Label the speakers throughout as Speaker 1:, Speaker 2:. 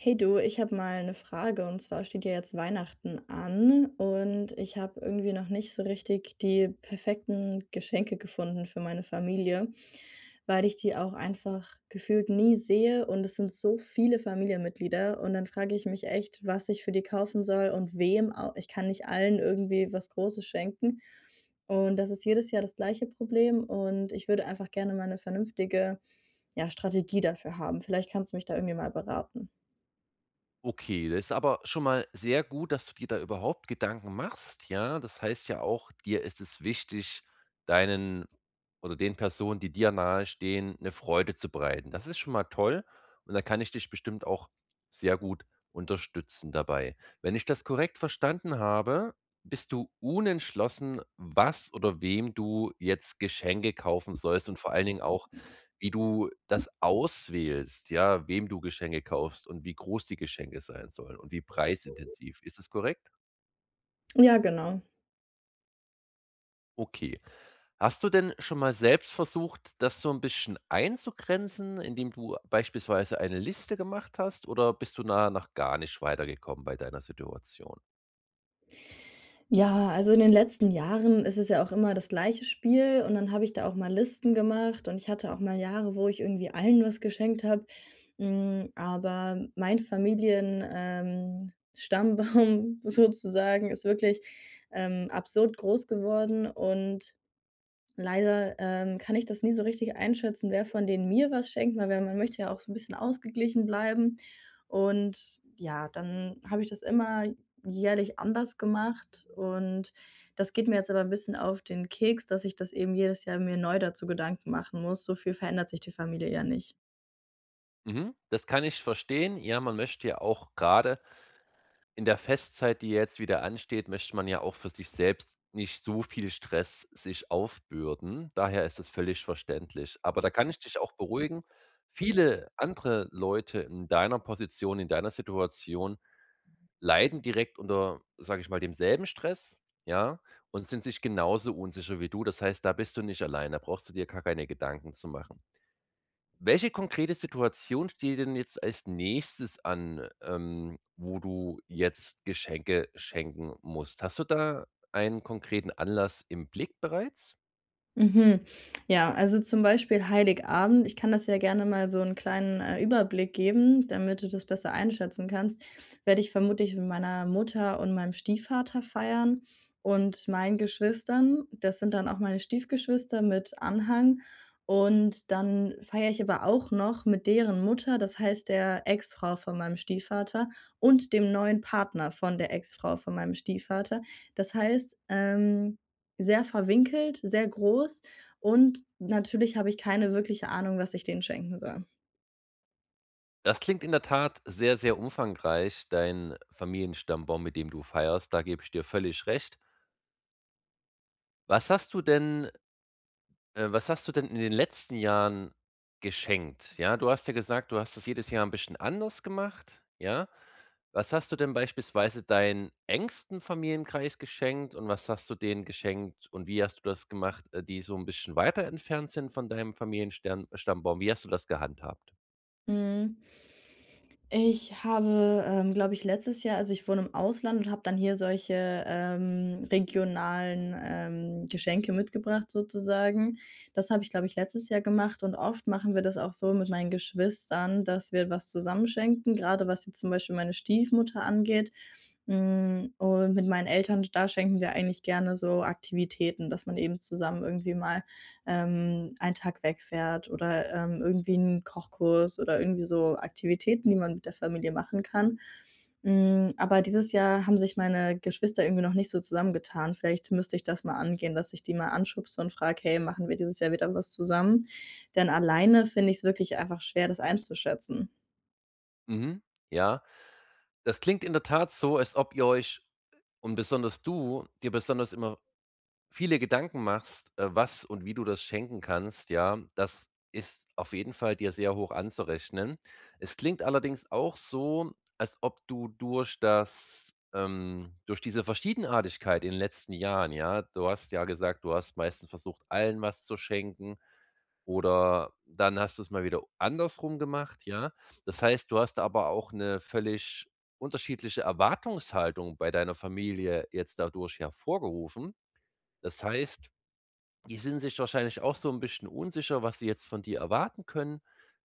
Speaker 1: Hey du, ich habe mal eine Frage und zwar steht ja jetzt Weihnachten an und ich habe irgendwie noch nicht so richtig die perfekten Geschenke gefunden für meine Familie, weil ich die auch einfach gefühlt nie sehe und es sind so viele Familienmitglieder und dann frage ich mich echt, was ich für die kaufen soll und wem au ich kann nicht allen irgendwie was Großes schenken und das ist jedes Jahr das gleiche Problem und ich würde einfach gerne mal eine vernünftige, ja, Strategie dafür haben. Vielleicht kannst du mich da irgendwie mal beraten.
Speaker 2: Okay, das ist aber schon mal sehr gut, dass du dir da überhaupt Gedanken machst, ja? Das heißt ja auch, dir ist es wichtig, deinen oder den Personen, die dir nahestehen, eine Freude zu bereiten. Das ist schon mal toll und da kann ich dich bestimmt auch sehr gut unterstützen dabei. Wenn ich das korrekt verstanden habe, bist du unentschlossen, was oder wem du jetzt Geschenke kaufen sollst und vor allen Dingen auch, wie du das auswählst, ja, wem du Geschenke kaufst und wie groß die Geschenke sein sollen und wie preisintensiv. Ist das korrekt?
Speaker 1: Ja, genau.
Speaker 2: Okay. Hast du denn schon mal selbst versucht, das so ein bisschen einzugrenzen, indem du beispielsweise eine Liste gemacht hast, oder bist du nach gar nicht weitergekommen bei deiner Situation?
Speaker 1: Ja, also in den letzten Jahren ist es ja auch immer das gleiche Spiel und dann habe ich da auch mal Listen gemacht und ich hatte auch mal Jahre, wo ich irgendwie allen was geschenkt habe. Hm, aber mein Familien Stammbaum sozusagen ist wirklich, absurd groß geworden und leider, kann ich das nie so richtig einschätzen, wer von denen mir was schenkt, weil man möchte ja auch so ein bisschen ausgeglichen bleiben. Und ja, dann habe ich das immer jährlich anders gemacht und das geht mir jetzt aber ein bisschen auf den Keks, dass ich das eben jedes Jahr mir neu dazu Gedanken machen muss. So viel verändert sich die Familie ja nicht.
Speaker 2: Mhm, das kann ich verstehen. Ja, man möchte ja auch gerade in der Festzeit, die jetzt wieder ansteht, möchte man ja auch für sich selbst nicht so viel Stress sich aufbürden. Daher ist es völlig verständlich. Aber da kann ich dich auch beruhigen. Viele andere Leute in deiner Position, in deiner Situation leiden direkt unter, sage ich mal, demselben Stress, ja, und sind sich genauso unsicher wie du. Das heißt, da bist du nicht allein. Da brauchst du dir gar keine Gedanken zu machen. Welche konkrete Situation steht denn jetzt als Nächstes an, wo du jetzt Geschenke schenken musst? Hast du da einen konkreten Anlass im Blick bereits?
Speaker 1: Mhm. Ja, also zum Beispiel Heiligabend. Ich kann das ja gerne mal so einen kleinen, Überblick geben, damit du das besser einschätzen kannst. Werde ich vermutlich mit meiner Mutter und meinem Stiefvater feiern und meinen Geschwistern. Das sind dann auch meine Stiefgeschwister mit Anhang. Und dann feiere ich aber auch noch mit deren Mutter, das heißt der Ex-Frau von meinem Stiefvater und dem neuen Partner von der Ex-Frau von meinem Stiefvater. Das heißt, sehr verwinkelt, sehr groß und natürlich habe ich keine wirkliche Ahnung, was ich denen schenken soll.
Speaker 2: Das klingt in der Tat sehr, sehr umfangreich, dein Familienstammbaum, mit dem du feierst, da gebe ich dir völlig recht. Was hast du denn was hast du denn in den letzten Jahren geschenkt? Ja, du hast ja gesagt, du hast das jedes Jahr ein bisschen anders gemacht, ja? Was hast du denn beispielsweise deinen engsten Familienkreis geschenkt und was hast du denen geschenkt und wie hast du das gemacht, die so 'n bisschen weiter entfernt sind von deinem Familienstern Stammbaum? Wie hast du das gehandhabt?
Speaker 1: Hm, ich habe, glaube ich, letztes Jahr, also ich wohne im Ausland und habe dann hier solche, regionalen, Geschenke mitgebracht sozusagen. Das habe ich, glaube ich, letztes Jahr gemacht und oft machen wir das auch so mit meinen Geschwistern, dass wir was zusammenschenken, gerade was jetzt zum Beispiel meine Stiefmutter angeht. Hm, und mit meinen Eltern, da schenken wir eigentlich gerne so Aktivitäten, dass man eben zusammen irgendwie mal, einen Tag wegfährt oder, irgendwie einen Kochkurs oder irgendwie so Aktivitäten, die man mit der Familie machen kann. Hm, aber dieses Jahr haben sich meine Geschwister irgendwie noch nicht so zusammengetan. Vielleicht müsste ich das mal angehen, dass ich die mal anschubse und frage: „Hey, machen wir dieses Jahr wieder was zusammen?“ Denn alleine finde ich's wirklich einfach schwer, das einzuschätzen.
Speaker 2: Mhm, ja. Das klingt in der Tat so, als ob ihr euch und besonders du dir besonders immer viele Gedanken machst, was und wie du das schenken kannst, ja, das ist auf jeden Fall dir sehr hoch anzurechnen. Es klingt allerdings auch so, als ob du durch das durch diese Verschiedenartigkeit in den letzten Jahren, ja, du hast ja gesagt, du hast meistens versucht, allen was zu schenken oder dann hast du es mal wieder andersrum gemacht, ja. Das heißt, du hast aber auch eine völlig unterschiedliche Erwartungshaltung bei deiner Familie jetzt dadurch hervorgerufen. Das heißt, die sind sich wahrscheinlich auch so ein bisschen unsicher, was sie jetzt von dir erwarten können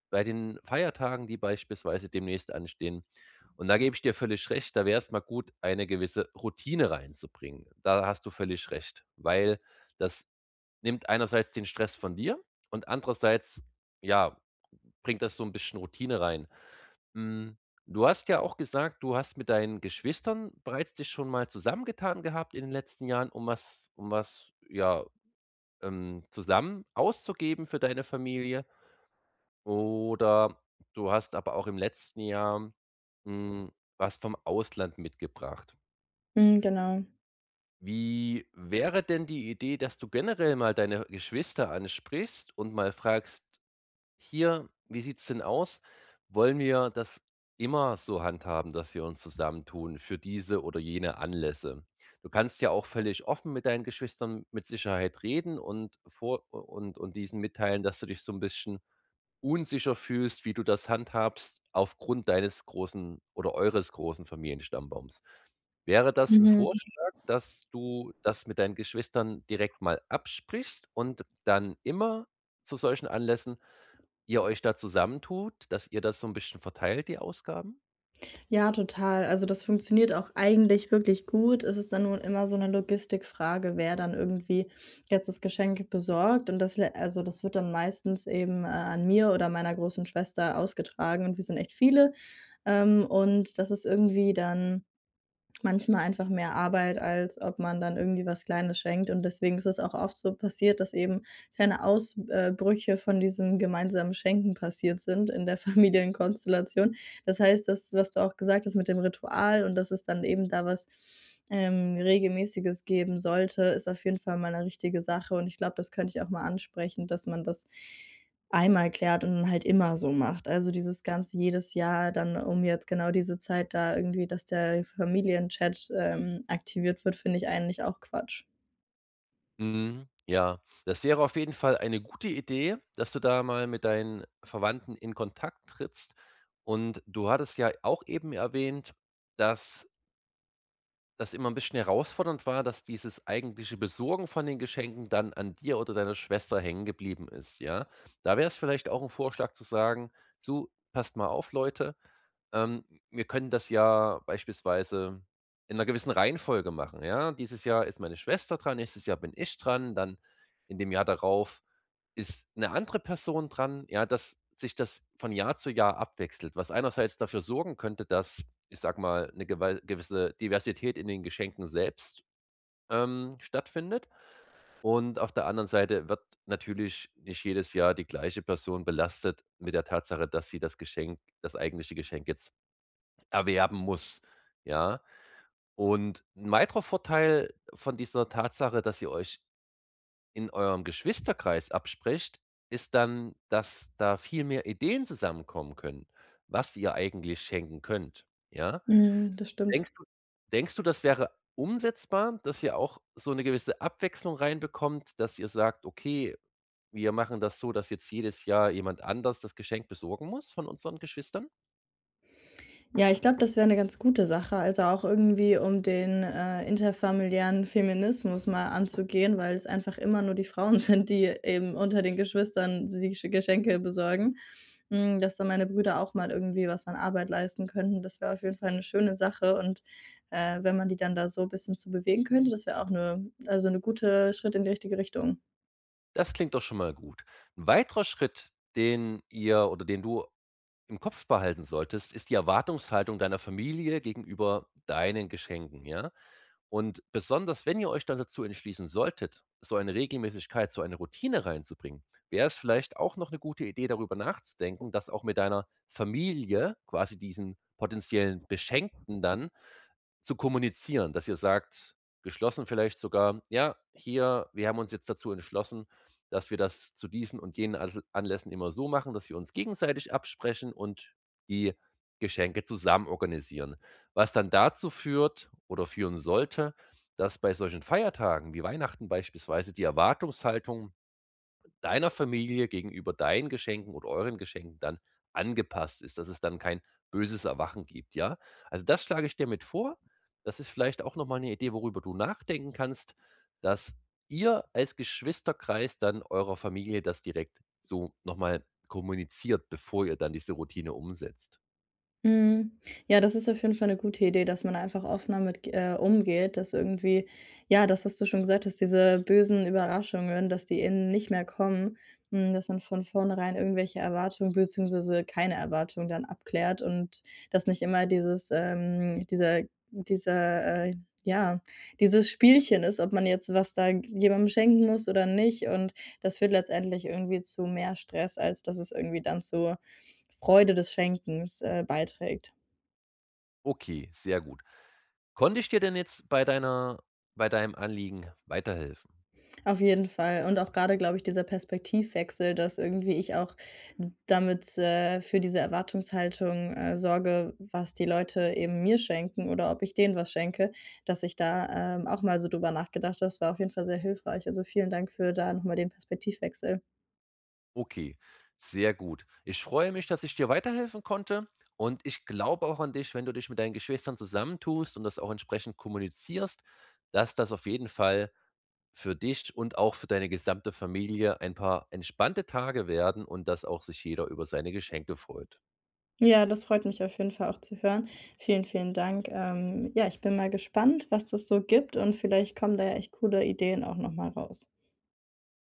Speaker 2: bei den Feiertagen, die beispielsweise demnächst anstehen. Und da gebe ich dir völlig recht, da wäre es mal gut, eine gewisse Routine reinzubringen. Da hast du völlig recht, weil das nimmt einerseits den Stress von dir und andererseits, ja, bringt das so ein bisschen Routine rein. Hm, du hast ja auch gesagt, du hast mit deinen Geschwistern bereits dich schon mal zusammengetan gehabt in den letzten Jahren, um was, ja, zusammen auszugeben für deine Familie oder du hast aber auch im letzten Jahr, hm, was vom Ausland mitgebracht.
Speaker 1: Mhm, genau.
Speaker 2: Wie wäre denn die Idee, dass du generell mal deine Geschwister ansprichst und mal fragst: Hier, wie sieht es denn aus? Wollen wir das immer so handhaben, dass wir uns zusammentun für diese oder jene Anlässe? Du kannst ja auch völlig offen mit deinen Geschwistern mit Sicherheit reden und vor und diesen mitteilen, dass du dich so ein bisschen unsicher fühlst, wie du das handhabst aufgrund deines großen oder eures großen Familienstammbaums. Wäre das ein
Speaker 1: Mhm.
Speaker 2: Vorschlag, dass du das mit deinen Geschwistern direkt mal absprichst und dann immer zu solchen Anlässen Ihr euch da zusammentut, dass ihr das so 'n bisschen verteilt, die Ausgaben?
Speaker 1: Ja, total. Also, das funktioniert auch eigentlich wirklich gut. Es ist dann nur immer so eine Logistikfrage, wer dann irgendwie jetzt das Geschenk besorgt und das lä, also, das wird dann meistens eben, an mir oder meiner großen Schwester ausgetragen und wir sind echt viele. Und das ist irgendwie dann manchmal einfach mehr Arbeit, als ob man dann irgendwie was Kleines schenkt. Und deswegen ist es auch oft so passiert, dass eben kleine Ausbrüche von diesem gemeinsamen Schenken passiert sind in der Familienkonstellation. Das heißt, das, was du auch gesagt hast mit dem Ritual und dass es dann eben da was Regelmäßiges geben sollte, ist auf jeden Fall mal eine richtige Sache. Und ich glaube, das könnte ich auch mal ansprechen, dass man das einmal klärt und dann halt immer so macht. Also, dieses ganze jedes Jahr dann um jetzt genau diese Zeit da irgendwie, dass der Familienchat, aktiviert wird, finde ich eigentlich auch Quatsch.
Speaker 2: Mhm, ja. Das wäre auf jeden Fall eine gute Idee, dass du da mal mit deinen Verwandten in Kontakt trittst. Und du hattest ja auch eben erwähnt, dass das immer 'n bisschen herausfordernd war, dass dieses eigentliche Besorgen von den Geschenken dann an dir oder deiner Schwester hängen geblieben ist, ja? Da wär's vielleicht auch 'n Vorschlag zu sagen: „So, passt mal auf, Leute, Ähm, wir können das ja beispielsweise in einer gewissen Reihenfolge machen, ja? Dieses Jahr ist meine Schwester dran, nächstes Jahr bin ich dran, dann in dem Jahr darauf ist eine andere Person dran, ja, dass sich das von Jahr zu Jahr abwechselt, was einerseits dafür sorgen könnte, dass, ich sag mal, eine gewei gewisse Diversität in den Geschenken selbst, stattfindet. Und auf der anderen Seite wird natürlich nicht jedes Jahr die gleiche Person belastet mit der Tatsache, dass sie das eigentliche Geschenk jetzt erwerben muss, ja? Und ein weiterer Vorteil von dieser Tatsache, dass ihr euch in eurem Geschwisterkreis absprecht, ist dann, dass da viel mehr Ideen zusammenkommen können, was ihr eigentlich schenken könnt, ja?
Speaker 1: Mhm, das stimmt.
Speaker 2: Denkst du denkst du, das wäre umsetzbar, dass ihr auch so eine gewisse Abwechslung reinbekommt, dass ihr sagt: „Okay, wir machen das so, dass jetzt jedes Jahr jemand anders das Geschenk besorgen muss von unseren Geschwistern?“
Speaker 1: Ja, ich glaube, das wäre eine ganz gute Sache, also auch irgendwie, um den, interfamiliären Feminismus mal anzugehen, weil es einfach immer nur die Frauen sind, die eben unter den Geschwistern sich Geschenke besorgen. Hm, dass da meine Brüder auch mal irgendwie was an Arbeit leisten könnten, das wäre auf jeden Fall eine schöne Sache und, wenn man die dann da so ein bisschen zu bewegen könnte, das wäre auch eine, also eine gute Schritt in die richtige Richtung.
Speaker 2: Das klingt doch schon mal gut. Ein weiterer Schritt, den ihr oder den du im Kopf behalten solltest, ist die Erwartungshaltung deiner Familie gegenüber deinen Geschenken, ja? Und besonders, wenn ihr euch dann dazu entschließen solltet, so eine Regelmäßigkeit, so eine Routine reinzubringen, wäre es vielleicht auch noch eine gute Idee, darüber nachzudenken, das auch mit deiner Familie, quasi diesen potenziellen Beschenkten dann zu kommunizieren, dass ihr sagt geschlossen vielleicht sogar: „Ja, hier, wir haben uns jetzt dazu entschlossen, dass wir das zu diesen und jenen Anlässen immer so machen, dass wir uns gegenseitig absprechen und die Geschenke zusammen organisieren.“ Was dann dazu führt oder führen sollte, dass bei solchen Feiertagen wie Weihnachten beispielsweise die Erwartungshaltung deiner Familie gegenüber deinen Geschenken oder euren Geschenken dann angepasst ist, dass es dann kein böses Erwachen gibt, ja? Also, das schlage ich dir mit vor. Das ist vielleicht auch noch mal 'ne Idee, worüber du nachdenken kannst, dass ihr als Geschwisterkreis dann eurer Familie das direkt so noch mal kommuniziert, bevor ihr dann diese Routine umsetzt.
Speaker 1: Mhm. Ja, das ist auf jeden Fall eine gute Idee, dass man einfach offener mit umgeht, dass irgendwie ja, das, was du schon gesagt hast, diese bösen Überraschungen, dass die eben nicht mehr kommen, hm, dass man von vornherein irgendwelche Erwartungen beziehungsweise keine Erwartungen dann abklärt und dass nicht immer dieses, dieser, ja, dieses Spielchen ist, ob man jetzt was da jemandem schenken muss oder nicht und das führt letztendlich irgendwie zu mehr Stress, als dass es irgendwie dann zur Freude des Schenkens, beiträgt.
Speaker 2: Okay, sehr gut. Konnte ich dir denn jetzt bei deiner bei deinem Anliegen weiterhelfen?
Speaker 1: Auf jeden Fall. Und auch gerade glaube ich, dieser Perspektivwechsel, dass irgendwie ich auch damit, für diese Erwartungshaltung, sorge, was die Leute eben mir schenken oder ob ich denen was schenke, dass ich da, auch mal so drüber nachgedacht habe. Das war auf jeden Fall sehr hilfreich. Also, vielen Dank für da nochmal den Perspektivwechsel.
Speaker 2: Okay, sehr gut. Ich freue mich, dass ich dir weiterhelfen konnte und ich glaube auch an dich, wenn du dich mit deinen Geschwistern zusammentust und das auch entsprechend kommunizierst, dass das auf jeden Fall für dich und auch für deine gesamte Familie ein paar entspannte Tage werden und dass auch sich jeder über seine Geschenke freut.
Speaker 1: Ja, das freut mich auf jeden Fall auch zu hören. Vielen, vielen Dank. Ja, ich bin mal gespannt, was das so gibt und vielleicht kommen da ja echt coole Ideen auch noch mal raus.